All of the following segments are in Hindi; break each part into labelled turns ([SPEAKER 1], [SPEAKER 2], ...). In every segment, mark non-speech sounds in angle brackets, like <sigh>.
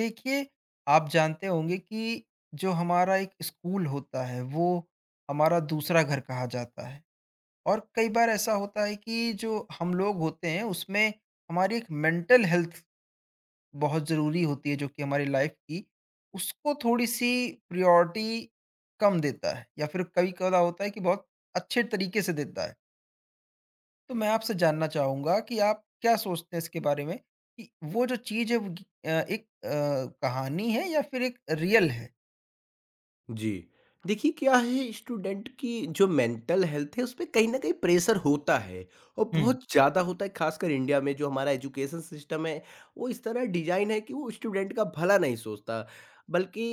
[SPEAKER 1] देखिए, आप जानते होंगे कि जो हमारा एक स्कूल होता है, वो हमारा दूसरा घर कहा जाता है और कई बार ऐसा होता है कि जो हम लोग होते हैं, उसमें हमारी एक मेंटल हेल्थ बहुत ज़रूरी होती है, जो कि हमारी लाइफ़ की, उसको थोड़ी-सी प्रायोरिटी कम देता है या फिर कभी-कदा होता है कि बहुत अच्छे तरीके से देता है। तो मैं आपसे जानना चाहूँगा कि आप क्या सोचते हैं इसके बारे में कि वो जो चीज़ है वो एक कहानी है या फिर एक रियल है?
[SPEAKER 2] जी। देखिए क्या है, स्टूडेंट की जो मेंटल हेल्थ है उसपे कहीं न कहीं प्रेशर होता है और
[SPEAKER 1] हम्म।
[SPEAKER 2] बहुत ज़्यादा होता है, ख़ासकर इंडिया में जो हमारा एजुकेशन सिस्टम है, वो इस तरह डिज़ाइन है कि वो स्टूडेंट का भला नहीं सोचता, बल्कि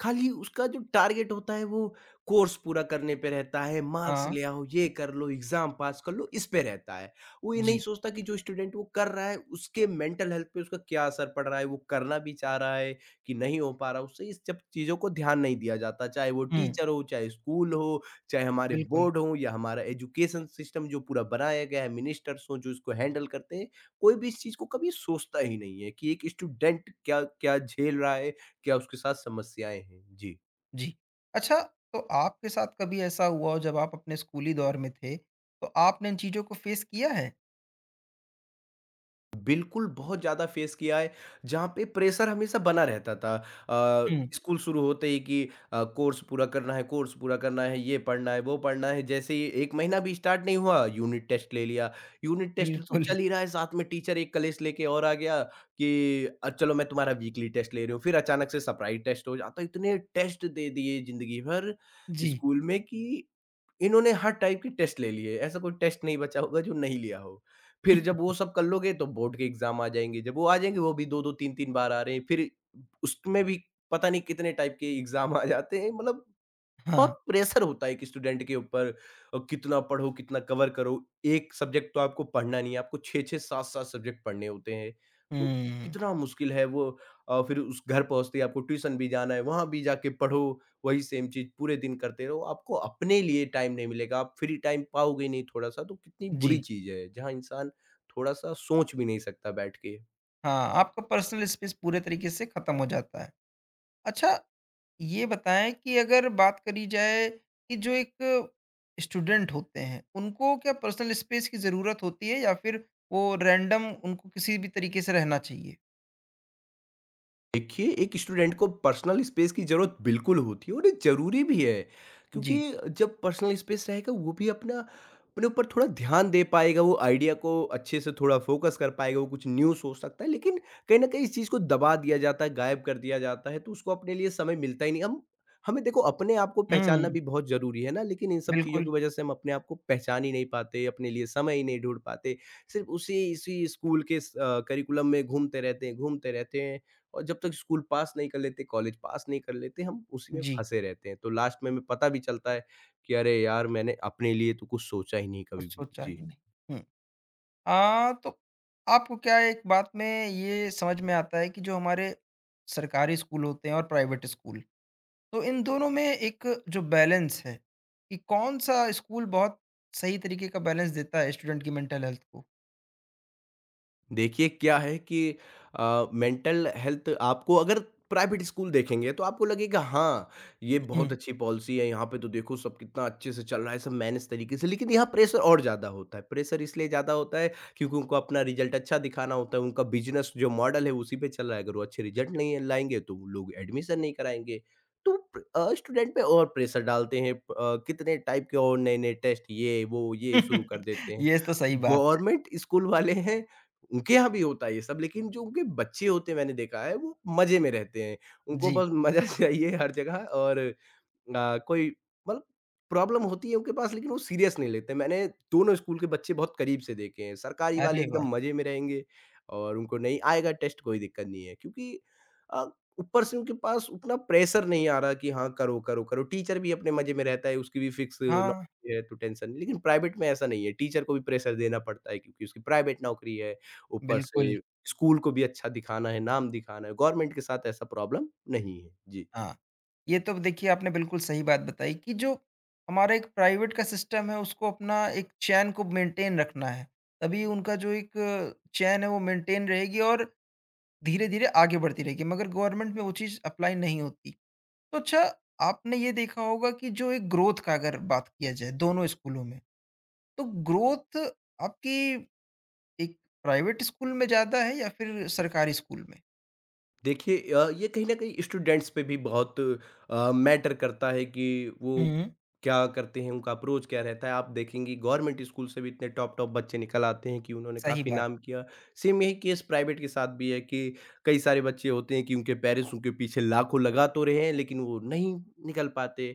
[SPEAKER 2] खाली उसका जो टारगेट होता है वो कोर्स पूरा करने पे रहता है, मार्क्स
[SPEAKER 1] हाँ,
[SPEAKER 2] ले आओ, ये कर लो, एग्ज़ाम पास कर लो, इस पे रहता है। वो ये नहीं
[SPEAKER 1] जी।
[SPEAKER 2] सोचता कि जो स्टूडेंट वो कर रहा है उसके मेंटल हेल्थ पे उसका क्या असर पड़ रहा है, वो करना भी चाह रहा है कि नहीं हो पा रहा, उससे इस सब चीज़ों को ध्यान नहीं दिया जाता। चाहे वो
[SPEAKER 1] हुँ,
[SPEAKER 2] टीचर हो, चाहे स्कूल हो, चाहे हमारे
[SPEAKER 1] बिल्कुल,
[SPEAKER 2] बोर्ड हों या हमारा एजुकेशन सिस्टम जो पूरा बनाया गया है, मिनिस्टर्स हों जो इसको हैंडल करते हैं, कोई भी इस चीज़ को कभी सोचता ही नहीं है कि एक स्टूडेंट क्या क्या झेल रहा है, क्या उसके साथ समस्याएँ हैं? जी।
[SPEAKER 1] जी। अच्छा, तो आपके साथ कभी ऐसा हुआ हो जब आप अपने स्कूली दौर में थे, तो आपने इन चीज़ों को फेस किया है?
[SPEAKER 2] बिल्कुल, बहुत ज़्यादा फेस किया है, जहाँ पे प्रेशर हमेशा बना रहता था।
[SPEAKER 1] हुँ।
[SPEAKER 2] स्कूल शुरू होते ही कि कोर्स पूरा करना है, कोर्स पूरा करना है, ये पढ़ना है, वो पढ़ना है। जैसे ही 1 महीना भी स्टार्ट नहीं हुआ, यूनिट टेस्ट ले लिया। यूनिट टेस्ट तो
[SPEAKER 1] बिल्कुल,
[SPEAKER 2] चल ही रहा है, साथ में टीचर एक कलेश लेके और आ गया कि चलो मैं तुम्हारा वीकली टेस्ट ले रही हूँ। फिर अचानक से सरप्राइज़ टेस्ट हो जाता है। इतने टेस्ट दे दिए ज़िंदगी भर
[SPEAKER 1] जी।
[SPEAKER 2] स्कूल में कि इन्होंने हर टाइप के टेस्ट ले लिए, ऐसा कोई टेस्ट नहीं बचा होगा जो नहीं लिया हो। फिर जब वो
[SPEAKER 1] <laughs>
[SPEAKER 2] सब कर लोगे तो बोर्ड के एग्ज़ाम आ जाएँगे, जब वो आ जाएँगे वो भी 2-2 3-3 बार आ रहे हैं, फिर उसमें भी पता नहीं कितने टाइप के एग्ज़ाम आ जाते हैं। मतलब
[SPEAKER 1] हाँ,
[SPEAKER 2] बहुत प्रेशर होता है एक स्टूडेंट के ऊपर। कितना पढ़ो, कितना कवर करो, एक सब्जेक्ट तो आपको पढ़ना नहीं है, आपको छः छः सात सात सब्जेक्ट पढ़ने होते हैं, तो
[SPEAKER 1] हुँ,
[SPEAKER 2] कितना मुश्किल है वो। फिर उस घर पहुंचते ही आपको ट्यूशन भी जाना है, वहां भी जाके पढ़ो, वही सेम चीज पूरे दिन करते रहो, आपको अपने लिए टाइम नहीं मिलेगा, आप फ्री टाइम पाओगे नहीं थोड़ा सा, तो कितनी बुरी
[SPEAKER 1] जी।
[SPEAKER 2] चीज है जहाँ इंसान थोड़ा सा सोच भी नहीं सकता बैठ के।
[SPEAKER 1] हाँ, आपका पर्सनल स्पेस पूरे तरीके से खत्म हो जाता है। अच्छा, ये बताएँ कि अगर बात करी जाए कि जो एक स्टूडेंट होते हैं, उनको क्या पर्सनल स्पेस की ज़रूरत होती है या फिर वो रैंडम उनको किसी भी तरीके से रहना चाहिए?
[SPEAKER 2] देखिए, एक स्टूडेंट को पर्सनल स्पेस की ज़रूरत बिल्कुल होती है और ये ज़रूरी भी है,
[SPEAKER 1] जी।
[SPEAKER 2] क्योंकि जब पर्सनल स्पेस रहेगा वो भी अपना अपने ऊपर थोड़ा ध्यान दे पाएगा, वो आइडिया को अच्छे से थोड़ा फोकस कर पाएगा, वो कुछ न्यू सोच सकता है। लेकिन कहीं न कहीं इस चीज़ को दबा दिया जाता है, गायब कर दिया जाता है, तो उसको अपने लिए समय मिलता ही नहीं। हम हमें देखो अपने आप को पहचानना
[SPEAKER 1] हुँ,
[SPEAKER 2] भी बहुत ज़रूरी है ना, लेकिन इन सब चीज़ों
[SPEAKER 1] बिल्कुल।
[SPEAKER 2] की वजह से हम अपने आप को पहचान ही नहीं पाते, अपने लिए समय ही नहीं ढूँढ पाते। सिर्फ़ उसी इसी स्कूल के करिकुलम में घूमते रहते हैं, घूमते रहते हैं। और जब तक स्कूल पास नहीं कर लेते, कॉलेज पास नहीं कर लेते, हम उसी में
[SPEAKER 1] जी,
[SPEAKER 2] फँसे रहते हैं। तो लास्ट में हमें पता भी चलता है कि अरे यार! मैंने अपने लिए तो कुछ सोचा ही नहीं कभी
[SPEAKER 1] कुछ
[SPEAKER 2] भी।
[SPEAKER 1] सोचा
[SPEAKER 2] जी।
[SPEAKER 1] ही नहीं। हुँ। तो आपको क्या एक बात में ये समझ में आता है कि जो हमारे सरकारी स्कूल होते हैं और प्राइवेट स्कूल, तो इन दोनों में एक जो बैलेंस है, कि कौन-सा स्कूल बहुत सही तरीके का बैलेंस देता है स्टूडेंट की मेंटल हेल्थ को?
[SPEAKER 2] देखिए क्या है कि मेंटल हेल्थ आपको अगर प्राइवेट स्कूल देखेंगे तो आपको लगेगा हाँ, ये बहुत
[SPEAKER 1] हुँ।
[SPEAKER 2] अच्छी पॉलिसी है, यहाँ पे तो देखो सब कितना अच्छे से चल रहा है, सब मैनेज तरीके से। लेकिन यहाँ प्रेशर और ज़्यादा होता है, प्रेशर इसलिए ज़्यादा होता है क्योंकि उनको अपना रिजल्ट अच्छा दिखाना होता है, उनका बिजनेस जो मॉडल है उसी पे चल रहा है। अगर वो अच्छे रिजल्ट नहीं लाएंगे तो वो लोग एडमिशन नहीं कराएंगे, तो स्टूडेंट पे और प्रेशर डालते हैं। कितने टाइप के और नए नए टेस्ट ये वो ये शुरू कर
[SPEAKER 1] <laughs>
[SPEAKER 2] देते हैं।
[SPEAKER 1] ये तो सही बात है।
[SPEAKER 2] गवर्नमेंट स्कूल वाले हैं, उनके यहाँ भी होता है ये सब, लेकिन जो उनके बच्चे होते हैं मैंने देखा है वो मज़े में रहते हैं। उनको
[SPEAKER 1] जी।
[SPEAKER 2] बस मज़ा <laughs> चाहिए हर जगह। और कोई मतलब प्रॉब्लम होती है उनके पास लेकिन वो सीरियस नहीं लेते। मैंने दोनों स्कूल के बच्चे बहुत करीब से देखे हैं। सरकारी वाले
[SPEAKER 1] अरे
[SPEAKER 2] एकदम
[SPEAKER 1] वाह!
[SPEAKER 2] मज़े में रहेंगे और उनको नहीं आएगा टेस्ट कोई दिक्कत नहीं है क्योंकि अ, ऊपर से उनके पास उतना प्रेशर नहीं आ रहा कि हाँ, करो, करो, करो। टीचर भी अपने मज़े में रहता है, उसकी भी फिक्स
[SPEAKER 1] हाँ,
[SPEAKER 2] नौकरी है तो टेंशन नहीं। लेकिन प्राइवेट में ऐसा नहीं है, टीचर को भी प्रेशर देना पड़ता है क्योंकि उसकी प्राइवेट नौकरी है। ऊपर
[SPEAKER 1] बिल्कुल,
[SPEAKER 2] से स्कूल को भी अच्छा दिखाना है, नाम दिखाना है। गवर्नमेंट के साथ ऐसा प्रॉब्लम नहीं है। जी।
[SPEAKER 1] हाँ। ये तो देखिए आपने बिल्कुल सही बात बताई कि जो हमारा एक प्राइवेट का सिस्टम है उसको अपना एक चैन को मेंटेन रखना है। तभी उनका जो एक चैन है वो मेंटेन रहेगी और धीरे-धीरे आगे बढ़ती रहेगी। मगर गवर्नमेंट में वो चीज़ अप्लाई नहीं होती। तो अच्छा, आपने ये देखा होगा कि जो एक ग्रोथ का अगर बात किया जाए दोनों स्कूलों में, तो ग्रोथ आपकी एक प्राइवेट स्कूल में ज़्यादा है या फिर सरकारी स्कूल में?
[SPEAKER 2] देखिए ये कहीं न कहीं स्टूडेंट्स पे भी बहुत मैटर करता है कि वो
[SPEAKER 1] हुँ।
[SPEAKER 2] क्या करते हैं, उनका अप्रोच क्या रहता है। आप देखेंगी गवर्नमेंट स्कूल से भी इतने टॉप-टॉप बच्चे निकल आते हैं कि उन्होंने
[SPEAKER 1] सही
[SPEAKER 2] काफ़ी
[SPEAKER 1] बात।
[SPEAKER 2] नाम किया। सेम यही केस प्राइवेट के साथ भी है कि कई सारे बच्चे होते हैं कि उनके पेरेंट्स उनके पीछे लाखों लगा तो रहे हैं, लेकिन वो नहीं निकल पाते।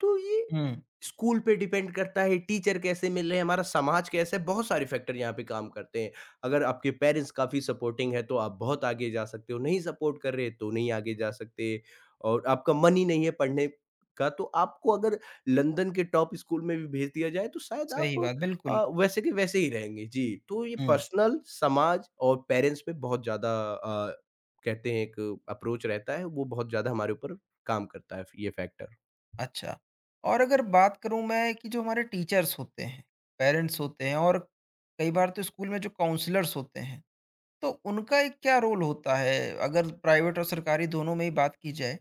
[SPEAKER 2] तो ये
[SPEAKER 1] हुँ।
[SPEAKER 2] स्कूल पे डिपेंड करता है, टीचर कैसे मिल रहे हैं, हमारा समाज कैसा है, बहुत सारे फैक्टर यहाँ पे काम करते हैं। अगर आपके पेरेंट्स काफ़ी सपोर्टिंग है तो आप बहुत आगे जा सकते हो, नहीं सपोर्ट कर रहे तो नहीं आगे जा सकते, और आपका मन ही नहीं है पढ़ने का तो आपको अगर लंदन के टॉप स्कूल में भी भेज दिया जाए तो शायद आप
[SPEAKER 1] सही बात, बिल्कुल।
[SPEAKER 2] वैसे के वैसे ही रहेंगे। जी, तो ये
[SPEAKER 1] हुँ,
[SPEAKER 2] पर्सनल, समाज और पेरेंट्स पे बहुत ज़्यादा कहते हैं एक अप्रोच रहता है, वो बहुत ज़्यादा हमारे ऊपर काम करता है ये फैक्टर।
[SPEAKER 1] अच्छा। और अगर बात करूँ मैं कि जो हमारे टीचर्स होते हैं, पेरेंट्स होते हैं और कई बार तो स्कूल में जो काउंसलर्स होते हैं, तो उनका एक क्या रोल होता है अगर प्राइवेट और सरकारी दोनों में ही बात की जाए?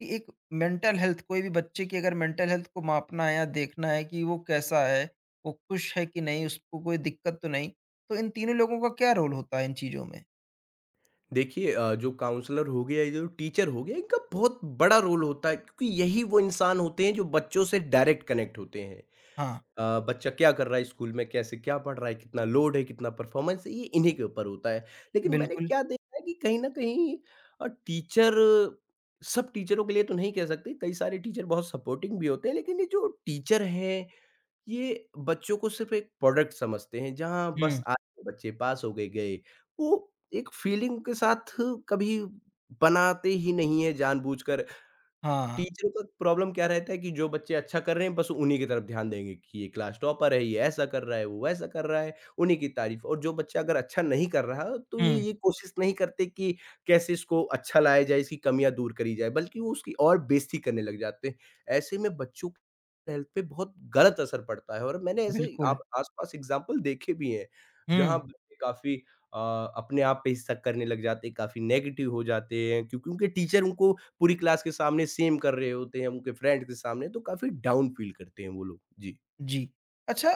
[SPEAKER 1] कि एक मेंटल हेल्थ कोई भी बच्चे की अगर मेंटल हेल्थ को मापना है या देखना है कि वो कैसा है, वो खुश है कि नहीं, उसको कोई दिक्कत तो नहीं, तो इन तीनों लोगों का क्या रोल होता है इन चीज़ों में?
[SPEAKER 2] देखिए जो काउंसलर हो गया या जो टीचर हो गया, इनका बहुत बड़ा रोल होता है, क्योंकि यही वो इंसान होते हैं जो बच्चों से डायरेक्ट कनेक्ट होते हैं।
[SPEAKER 1] हाँ,
[SPEAKER 2] बच्चा क्या कर रहा है स्कूल में, कैसे क्या पढ़ रहा है, कितना लोड है, कितना परफॉर्मेंस है, ये इन्हीं के ऊपर होता है। लेकिन मैंने
[SPEAKER 1] बिल्कुल।
[SPEAKER 2] क्या देखा है कि कहीं ना कहीं टीचर, सब टीचरों के लिए तो नहीं कह सकते, कई सारे टीचर बहुत सपोर्टिंग भी होते हैं, लेकिन ये जो टीचर हैं ये बच्चों को सिर्फ़ एक प्रोडक्ट समझते हैं, जहाँ बस
[SPEAKER 1] हुँ,
[SPEAKER 2] आ गए बच्चे पास हो गए, गए। वो एक फ़ीलिंग के साथ कभी बनाते ही नहीं है जानबूझकर।
[SPEAKER 1] हाँ,
[SPEAKER 2] टीचरों का प्रॉब्लम क्या रहता है कि जो बच्चे अच्छा कर रहे हैं बस उन्हीं की तरफ ध्यान देंगे कि ये क्लास टॉपर है, ये ऐसा कर रहा है, वो वैसा कर रहा है, उन्हीं की तारीफ। और जो बच्चा अगर अच्छा नहीं कर रहा तो ये
[SPEAKER 1] हुँ,
[SPEAKER 2] ये कोशिश नहीं करते कि कैसे इसको अच्छा लाया जाए, इसकी कमियाँ दूर करी जाए, बल्कि वो उसकी और बेइज़्ज़ती करने लग जाते हैं। ऐसे में बच्चों की हेल्थ पे बहुत गलत असर पड़ता है, और मैंने ऐसे
[SPEAKER 1] बिल्कुल।
[SPEAKER 2] आप आस-पास एग्ज़ाम्पल देखे भी हैं, जहाँ
[SPEAKER 1] हुँ,
[SPEAKER 2] बच्चे काफ़ी अ, अपने आप पे ही शक करने लग जाते हैं, काफ़ी नेगेटिव हो जाते हैं, क्योंकि उनके टीचर उनको पूरी क्लास के सामने सेम कर रहे होते हैं, उनके फ्रेंड के सामने, तो काफ़ी डाउन फ़ील करते हैं वो लोग। जी।
[SPEAKER 1] जी। अच्छा,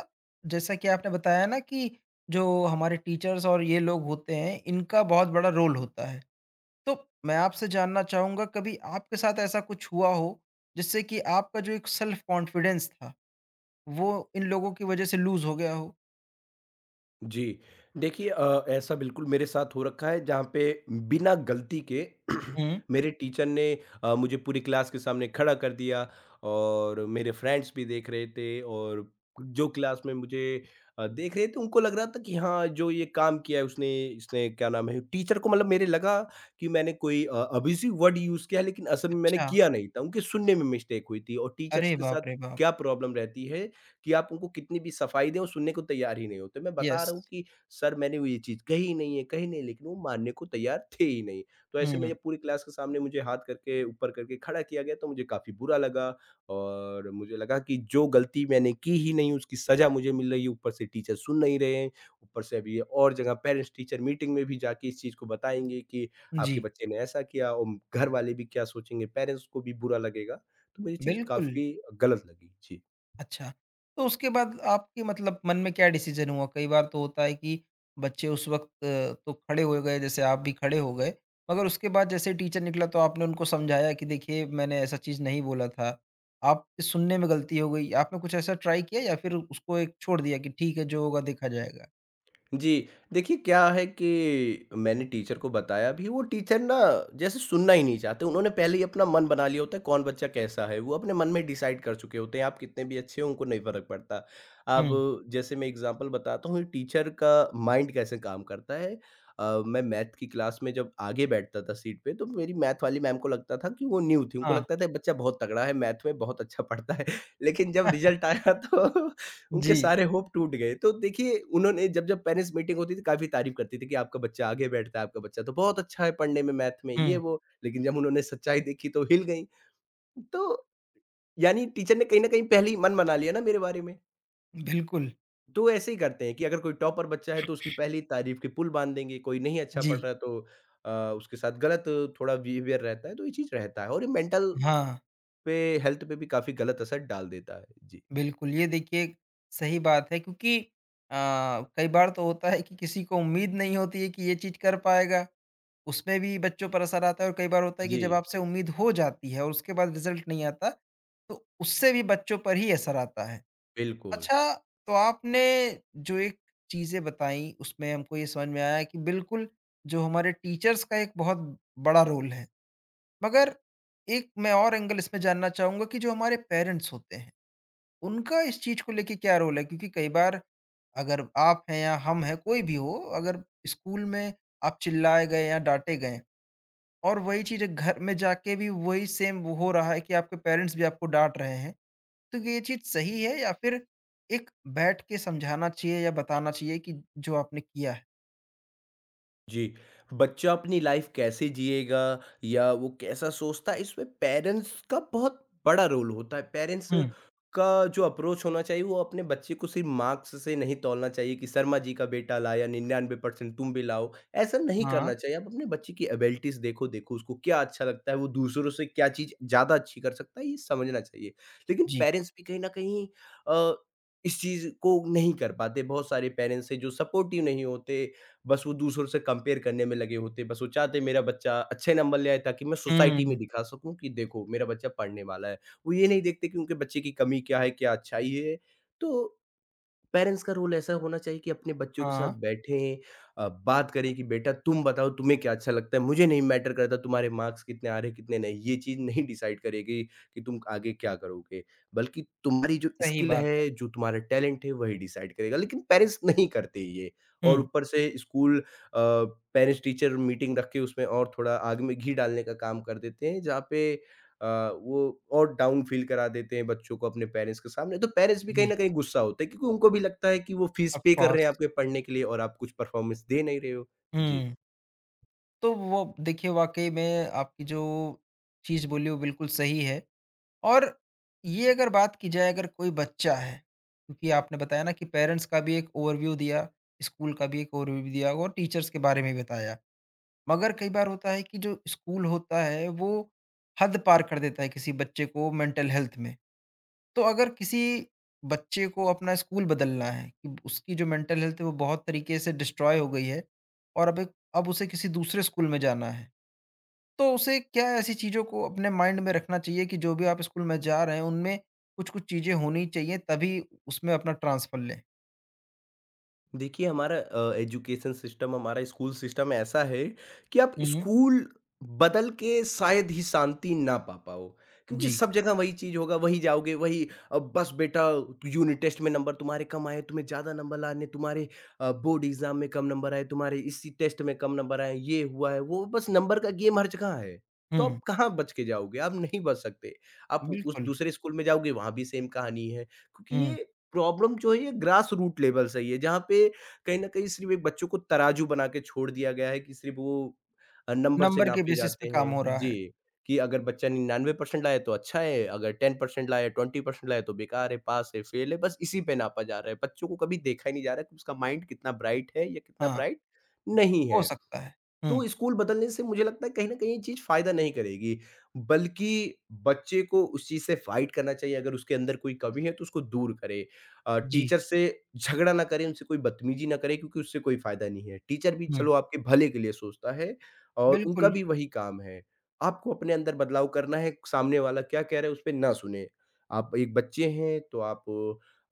[SPEAKER 1] जैसा कि आपने बताया ना कि जो हमारे टीचर्स और ये लोग होते हैं, इनका बहुत बड़ा रोल होता है। तो मैं आपसे जानना चाहूँगा कभी आपके साथ ऐसा कुछ हुआ हो, जिससे कि आपका जो एक सेल्फ कॉन्फिडेंस था वो इन लोगों की वजह से लूज़ हो गया हो।
[SPEAKER 2] जी। देखिए ऐसा बिल्कुल मेरे साथ हो रखा है, जहाँ पे बिना गलती के <clears throat>
[SPEAKER 1] हुँ।
[SPEAKER 2] मेरे टीचर ने मुझे पूरी क्लास के सामने खड़ा कर दिया, और मेरे फ्रेंड्स भी देख रहे थे, और जो क्लास में मुझे देख रहे थे उनको लग रहा था कि हाँ, जो ये काम किया है उसने, इसने क्या नाम है टीचर को, मतलब मेरे लगा कि मैंने कोई अब्यूसिव वर्ड यूज़ किया है, लेकिन असल में मैंने
[SPEAKER 1] अच्छा,
[SPEAKER 2] किया नहीं था। उनके सुनने में मिस्टेक हुई थी। और टीचर्स
[SPEAKER 1] अरे
[SPEAKER 2] के साथ
[SPEAKER 1] बाप रे बाप!
[SPEAKER 2] क्या प्रॉब्लम रहती है कि आप उनको कितनी भी सफाई दें, वो सुनने को तैयार ही नहीं होते। मैं बता
[SPEAKER 1] यस।
[SPEAKER 2] रहा हूँ कि सर मैंने वो ये चीज़ कही ही नहीं है, कही नहीं, लेकिन वो मानने को तैयार थे ही नहीं। तो ऐसे में
[SPEAKER 1] हुँ।
[SPEAKER 2] जब पूरी क्लास के सामने मुझे हाथ करके ऊपर करके खड़ा किया गया तो मुझे काफ़ी बुरा लगा, और मुझे लगा कि जो गलती मैंने की ही नहीं उसकी सज़ा मुझे मिल रही है, ऊपर से टीचर सुन नहीं रहे हैं, ऊपर से अभी और जगह पेरेंट्स टीचर मीटिंग में भी जाके इस चीज़ को बताएँगे कि आपके
[SPEAKER 1] जी,
[SPEAKER 2] बच्चे ने ऐसा किया, और घर वाले भी क्या सोचेंगे, पेरेंट्स को भी बुरा लगेगा। तो मुझे ये चीज़
[SPEAKER 1] बिल्कुल।
[SPEAKER 2] काफ़ी गलत लगी। जी।
[SPEAKER 1] अच्छा, तो उसके बाद आपके मतलब मन में क्या डिसीज़न हुआ? कई बार तो होता है कि बच्चे उस वक़्त तो खड़े हो गए, जैसे आप भी खड़े हो गए, मगर उसके बाद जैसे टीचर निकला तो आपने उनको समझाया कि देखिए मैंने ऐसा चीज़ नहीं बोला था, आपके सुनने में गलती हो गई। आपने कुछ ऐसा ट्राई किया या फिर उसको एक छोड़ दिया कि ठीक है, जो होगा देखा जाएगा?
[SPEAKER 2] जी, देखिए क्या है कि मैंने टीचर को बताया भी, वो टीचर ना जैसे सुनना ही नहीं चाहते, उन्होंने पहले ही अपना मन बना लिया होता है कौन बच्चा कैसा है, वो अपने मन में डिसाइड कर चुके होते हैं, आप कितने भी अच्छे हो उनको नहीं फ़र्क पड़ता। अब
[SPEAKER 1] हुँ।
[SPEAKER 2] जैसे मैं एग्ज़ाम्पल बताता हूँ टीचर का माइंड कैसे काम करता है। मैं मैथ की क्लास में जब आगे बैठता था सीट पे तो मेरी मैथ वाली मैम को लगता था कि वो न्यू थी, उनको
[SPEAKER 1] हाँ।
[SPEAKER 2] लगता था ये बच्चा बहुत तगड़ा है, मैथ में बहुत अच्छा पढ़ता है, <laughs> लेकिन जब
[SPEAKER 1] <laughs>
[SPEAKER 2] रिज़ल्ट आया तो उनके
[SPEAKER 1] जी।
[SPEAKER 2] सारे होप टूट गए। तो देखिए उन्होंने जब-जब पेरेंट्स मीटिंग होती थी काफ़ी तारीफ़ करती थी कि आपका बच्चा आगे बैठता है, आपका बच्चा तो बहुत अच्छा है पढ़ने में, मैथ में, ये
[SPEAKER 1] हुँ।
[SPEAKER 2] वो। लेकिन जब उन्होंने सच्चाई देखी तो हिल गईं। तो यानी टीचर ने कहीं न कहीं पहले ही मन बना लिया ना मेरे बारे में।
[SPEAKER 1] बिल्कुल।
[SPEAKER 2] तो ऐसे ही करते हैं कि अगर कोई टॉपर बच्चा है तो उसकी पहली तारीफ़ के पुल बाँध देंगे, कोई नहीं अच्छा पढ़
[SPEAKER 1] जी,
[SPEAKER 2] रहा है तो अ, उसके साथ गलत थोड़ा बिहेवियर रहता है, तो ये चीज़ रहता है और ये मेंटल
[SPEAKER 1] हाँ,
[SPEAKER 2] पे, हेल्थ पे भी काफ़ी गलत असर डाल देता है। जी।
[SPEAKER 1] बिल्कुल। ये देखिए सही बात है क्योंकि कई बार तो होता है कि किसी को उम्मीद नहीं होती है कि ये चीज़ कर पाएगा, उसमें भी बच्चों पर असर आता है और कई बार होता है कि जब
[SPEAKER 2] जी,
[SPEAKER 1] आपसे उम्मीद हो जाती है और उसके बाद रिज़ल्ट नहीं आता, तो उससे भी बच्चों पर ही असर आता है।
[SPEAKER 2] बिल्कुल।
[SPEAKER 1] अच्छा, तो आपने जो एक चीज़ें बताई उसमें हमको ये समझ में आया कि बिल्कुल जो हमारे टीचर्स का एक बहुत बड़ा रोल है। मगर एक मैं और एंगल इसमें जानना चाहूँगा कि जो हमारे पेरेंट्स होते हैं उनका इस चीज़ को लेके क्या रोल है? क्योंकि कई बार अगर आप हैं या हम हैं, कोई भी हो, अगर स्कूल में आप चिल्लाए गए या डाँटे गए और वही चीज़ घर में जाके भी वही सेम वो हो रहा है कि आपके पेरेंट्स भी आपको डाँट रहे हैं, तो ये चीज़ सही है या फिर एक बैठ के समझाना चाहिए या बताना चाहिए कि जो आपने किया है?
[SPEAKER 2] जी, बच्चा अपनी लाइफ़ कैसे जिएगा या वो कैसा सोचता है इसमें पेरेंट्स का बहुत बड़ा रोल होता है। पेरेंट्स
[SPEAKER 1] हुँ।
[SPEAKER 2] का जो अप्रोच होना चाहिए वो अपने बच्चे को सिर्फ़ मार्क्स से नहीं तौलना चाहिए कि शर्मा जी का बेटा लाया 99% तुम भी लाओ, ऐसा नहीं
[SPEAKER 1] हाँ,
[SPEAKER 2] करना चाहिए। आप अपने बच्चे की एबिलिटीज़ देखो, देखो उसको क्या अच्छा लगता है, वो दूसरों से क्या चीज़ ज़्यादा अच्छी कर सकता है ये समझना चाहिए। लेकिन
[SPEAKER 1] जी।
[SPEAKER 2] पेरेंट्स भी कहीं न कहीं अ, इस चीज़ को नहीं कर पाते। बहुत सारे पेरेंट्स हैं जो सपोर्टिव नहीं होते, बस वो दूसरों से कंपेयर करने में लगे होते हैं। बस वो चाहते हैं मेरा बच्चा अच्छे नंबर ले आए ताकि मैं सोसाइटी में
[SPEAKER 1] हुँ।
[SPEAKER 2] दिखा सकूँ कि देखो मेरा बच्चा पढ़ने वाला है। वो ये नहीं देखते कि उनके बच्चे की कमी क्या है, क्या अच्छाई है। तो पेरेंट्स का रोल ऐसा होना चाहिए कि अपने बच्चों के साथ
[SPEAKER 1] हाँ,
[SPEAKER 2] बैठें, बात करें कि बेटा तुम बताओ तुम्हें क्या अच्छा लगता है, मुझे नहीं मैटर करता तुम्हारे मार्क्स कितने आ रहे हैं कितने नहीं, ये चीज़ नहीं डिसाइड करेगी कि तुम आगे क्या करोगे, बल्कि तुम्हारी जो
[SPEAKER 1] सही
[SPEAKER 2] स्किल
[SPEAKER 1] बात है।
[SPEAKER 2] है जो तुम्हारा टैलेंट है वही डिसाइड करेगा। लेकिन पेरेंट्स नहीं करते ये, और
[SPEAKER 1] हुँ।
[SPEAKER 2] ऊपर से स्कूल पेरेंट्स टीचर मीटिंग रख के उसमें और थोड़ा आग में घी डालने का काम कर देते हैं, जहाँ पे अ, वो और डाउन फ़ील करा देते हैं बच्चों को अपने पेरेंट्स के सामने, तो पेरेंट्स भी कहीं
[SPEAKER 1] जी,
[SPEAKER 2] न कहीं गुस्सा होते हैं क्योंकि उनको भी लगता है कि वो फ़ीस
[SPEAKER 1] ऑफ़
[SPEAKER 2] पे कर रहे हैं
[SPEAKER 1] कोर्स।
[SPEAKER 2] आपके पढ़ने के लिए और आप कुछ परफ़ॉर्मेंस दे नहीं रहे हो। जी।
[SPEAKER 1] हुँ। तो वो देखिए वाक़ई में आपकी जो चीज़ बोली वो बिल्कुल सही है। और ये अगर बात की जाए अगर कोई बच्चा है, क्योंकि आपने बताया ना कि पेरेंट्स का भी एक ओवरव्यू दिया, स्कूल का भी एक ओवरव्यू दिया और टीचर्स के बारे में भी बताया। मगर कई बार होता है कि जो स्कूल होता है वो हद पार कर देता है किसी बच्चे को मेंटल हेल्थ में। तो अगर किसी बच्चे को अपना स्कूल बदलना है कि उसकी जो मेंटल हेल्थ है वो बहुत तरीके से डिस्ट्रॉय हो गई है और अब उसे किसी दूसरे स्कूल में जाना है। तो उसे क्या ऐसी चीज़ों को अपने माइंड में रखना चाहिए कि जो भी आप स्कूल में जा रहे हैं उनमें कुछ-कुछ चीज़ें होनी चाहिए तभी उसमें अपना ट्रांसफर लें?
[SPEAKER 2] देखिए हमारा एजुकेशन सिस्टम, हमारा स्कूल सिस्टम ऐसा है कि आप
[SPEAKER 1] हुँ।
[SPEAKER 2] स्कूल बदल के शायद ही शांति ना पा पाओ, क्योंकि
[SPEAKER 1] जी।
[SPEAKER 2] सब जगह वही चीज होगा, वही जाओगे वही। अब बस बेटा यूनिट टेस्ट में नंबर तुम्हारे कम आए, तुम्हें ज्यादा नंबर लाने, तुम्हारे बोर्ड एग्जाम में कम नंबर आए, तुम्हारे इसी टेस्ट में कम नंबर आए, ये हुआ है वो, बस नंबर का गेम हर जगह है। तो आप
[SPEAKER 1] हुँ,
[SPEAKER 2] कहाँ बच के जाओगे? आप नहीं बच सकते। आप उस
[SPEAKER 1] बिल्कुल।
[SPEAKER 2] दूसरे स्कूल में जाओगे, वहां भी सेम कहानी है, क्योंकि
[SPEAKER 1] हुँ,
[SPEAKER 2] ये प्रॉब्लम जो है ये ग्रास रूट लेवल से ही है, जहाँ पे कहीं न कहीं सिर्फ़ एक बच्चों को तराजू बना के छोड़ दिया गया है कि सिर्फ़ वो नंबर से
[SPEAKER 1] नंबर के
[SPEAKER 2] नापे
[SPEAKER 1] बेसिस पे
[SPEAKER 2] जाते हैं।
[SPEAKER 1] काम हो रहा है।
[SPEAKER 2] जी, कि अगर बच्चा 99% लाए तो अच्छा है, अगर 10% लाए, 20% लाए तो बेकार है, पास है, फेल है, बस इसी पे नापा जा रहा है। बच्चों को कभी देखा ही नहीं जा रहा है कि उसका माइंड कितना ब्राइट है या कितना
[SPEAKER 1] हाँ,
[SPEAKER 2] ब्राइट नहीं
[SPEAKER 1] हो
[SPEAKER 2] है।
[SPEAKER 1] सकता है। हुँ,
[SPEAKER 2] तो स्कूल बदलने से मुझे लगता है कहीं न कहीं ये चीज़ फ़ायदा नहीं करेगी, बल्कि बच्चे को उस चीज़ से फ़ाइट करना चाहिए, अगर उसके अंदर कोई कमी है तो उसको दूर करे।
[SPEAKER 1] जी।
[SPEAKER 2] टीचर से झगड़ा ना करें, उनसे कोई बदतमीज़ी ना करें, क्योंकि उससे कोई फ़ायदा नहीं है। टीचर भी
[SPEAKER 1] हुँ,
[SPEAKER 2] चलो आपके भले के लिए सोचता है और उनका
[SPEAKER 1] बिल्कुल।
[SPEAKER 2] भी वही काम है। आपको अपने अंदर बदलाव करना है, सामने वाला क्या कह रहा है उसपे ना सुनें। आप एक बच्चे हैं तो आप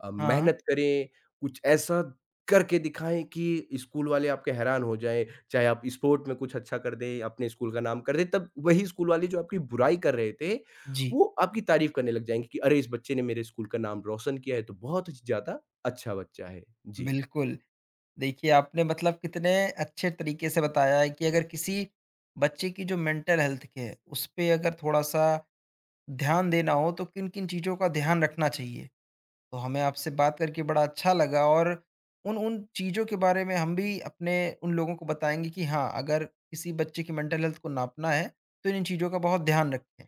[SPEAKER 1] हाँ,
[SPEAKER 2] मेहनत करें, कुछ ऐसा करके दिखाएँ कि स्कूल वाले आपके हैरान हो जाएँ। चाहे आप स्पोर्ट में कुछ अच्छा कर दें, अपने स्कूल का नाम कर दें, तब वही स्कूल वाले जो आपकी बुराई कर रहे थे,
[SPEAKER 1] जी,
[SPEAKER 2] वो आपकी तारीफ़ करने लग जाएँगे कि अरे! इस बच्चे ने मेरे स्कूल का नाम रोशन किया है, तो बहुत ज़्यादा अच्छा बच्चा है। जी।
[SPEAKER 1] बिल्कुल। देखिए, आपने मतलब कितने अच्छे तरीके से बताया है कि अगर किसी बच्चे की जो मेंटल हेल्थ के है, उस पे अगर थोड़ा-सा ध्यान देना हो तो किन-किन चीज़ों का ध्यान रखना चाहिए। तो हमें आपसे बात करके बड़ा अच्छा लगा और उन उन चीज़ों के बारे में हम भी अपने उन लोगों को बताएँगे कि हाँ, अगर किसी बच्चे की मेंटल हेल्थ को नापना है, तो इन चीज़ों का बहुत ध्यान रखें।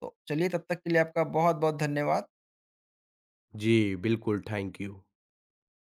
[SPEAKER 1] तो चलिए तब तक के लिए आपका बहुत-बहुत धन्यवाद।
[SPEAKER 2] जी, बिल्कुल, थैंक यू।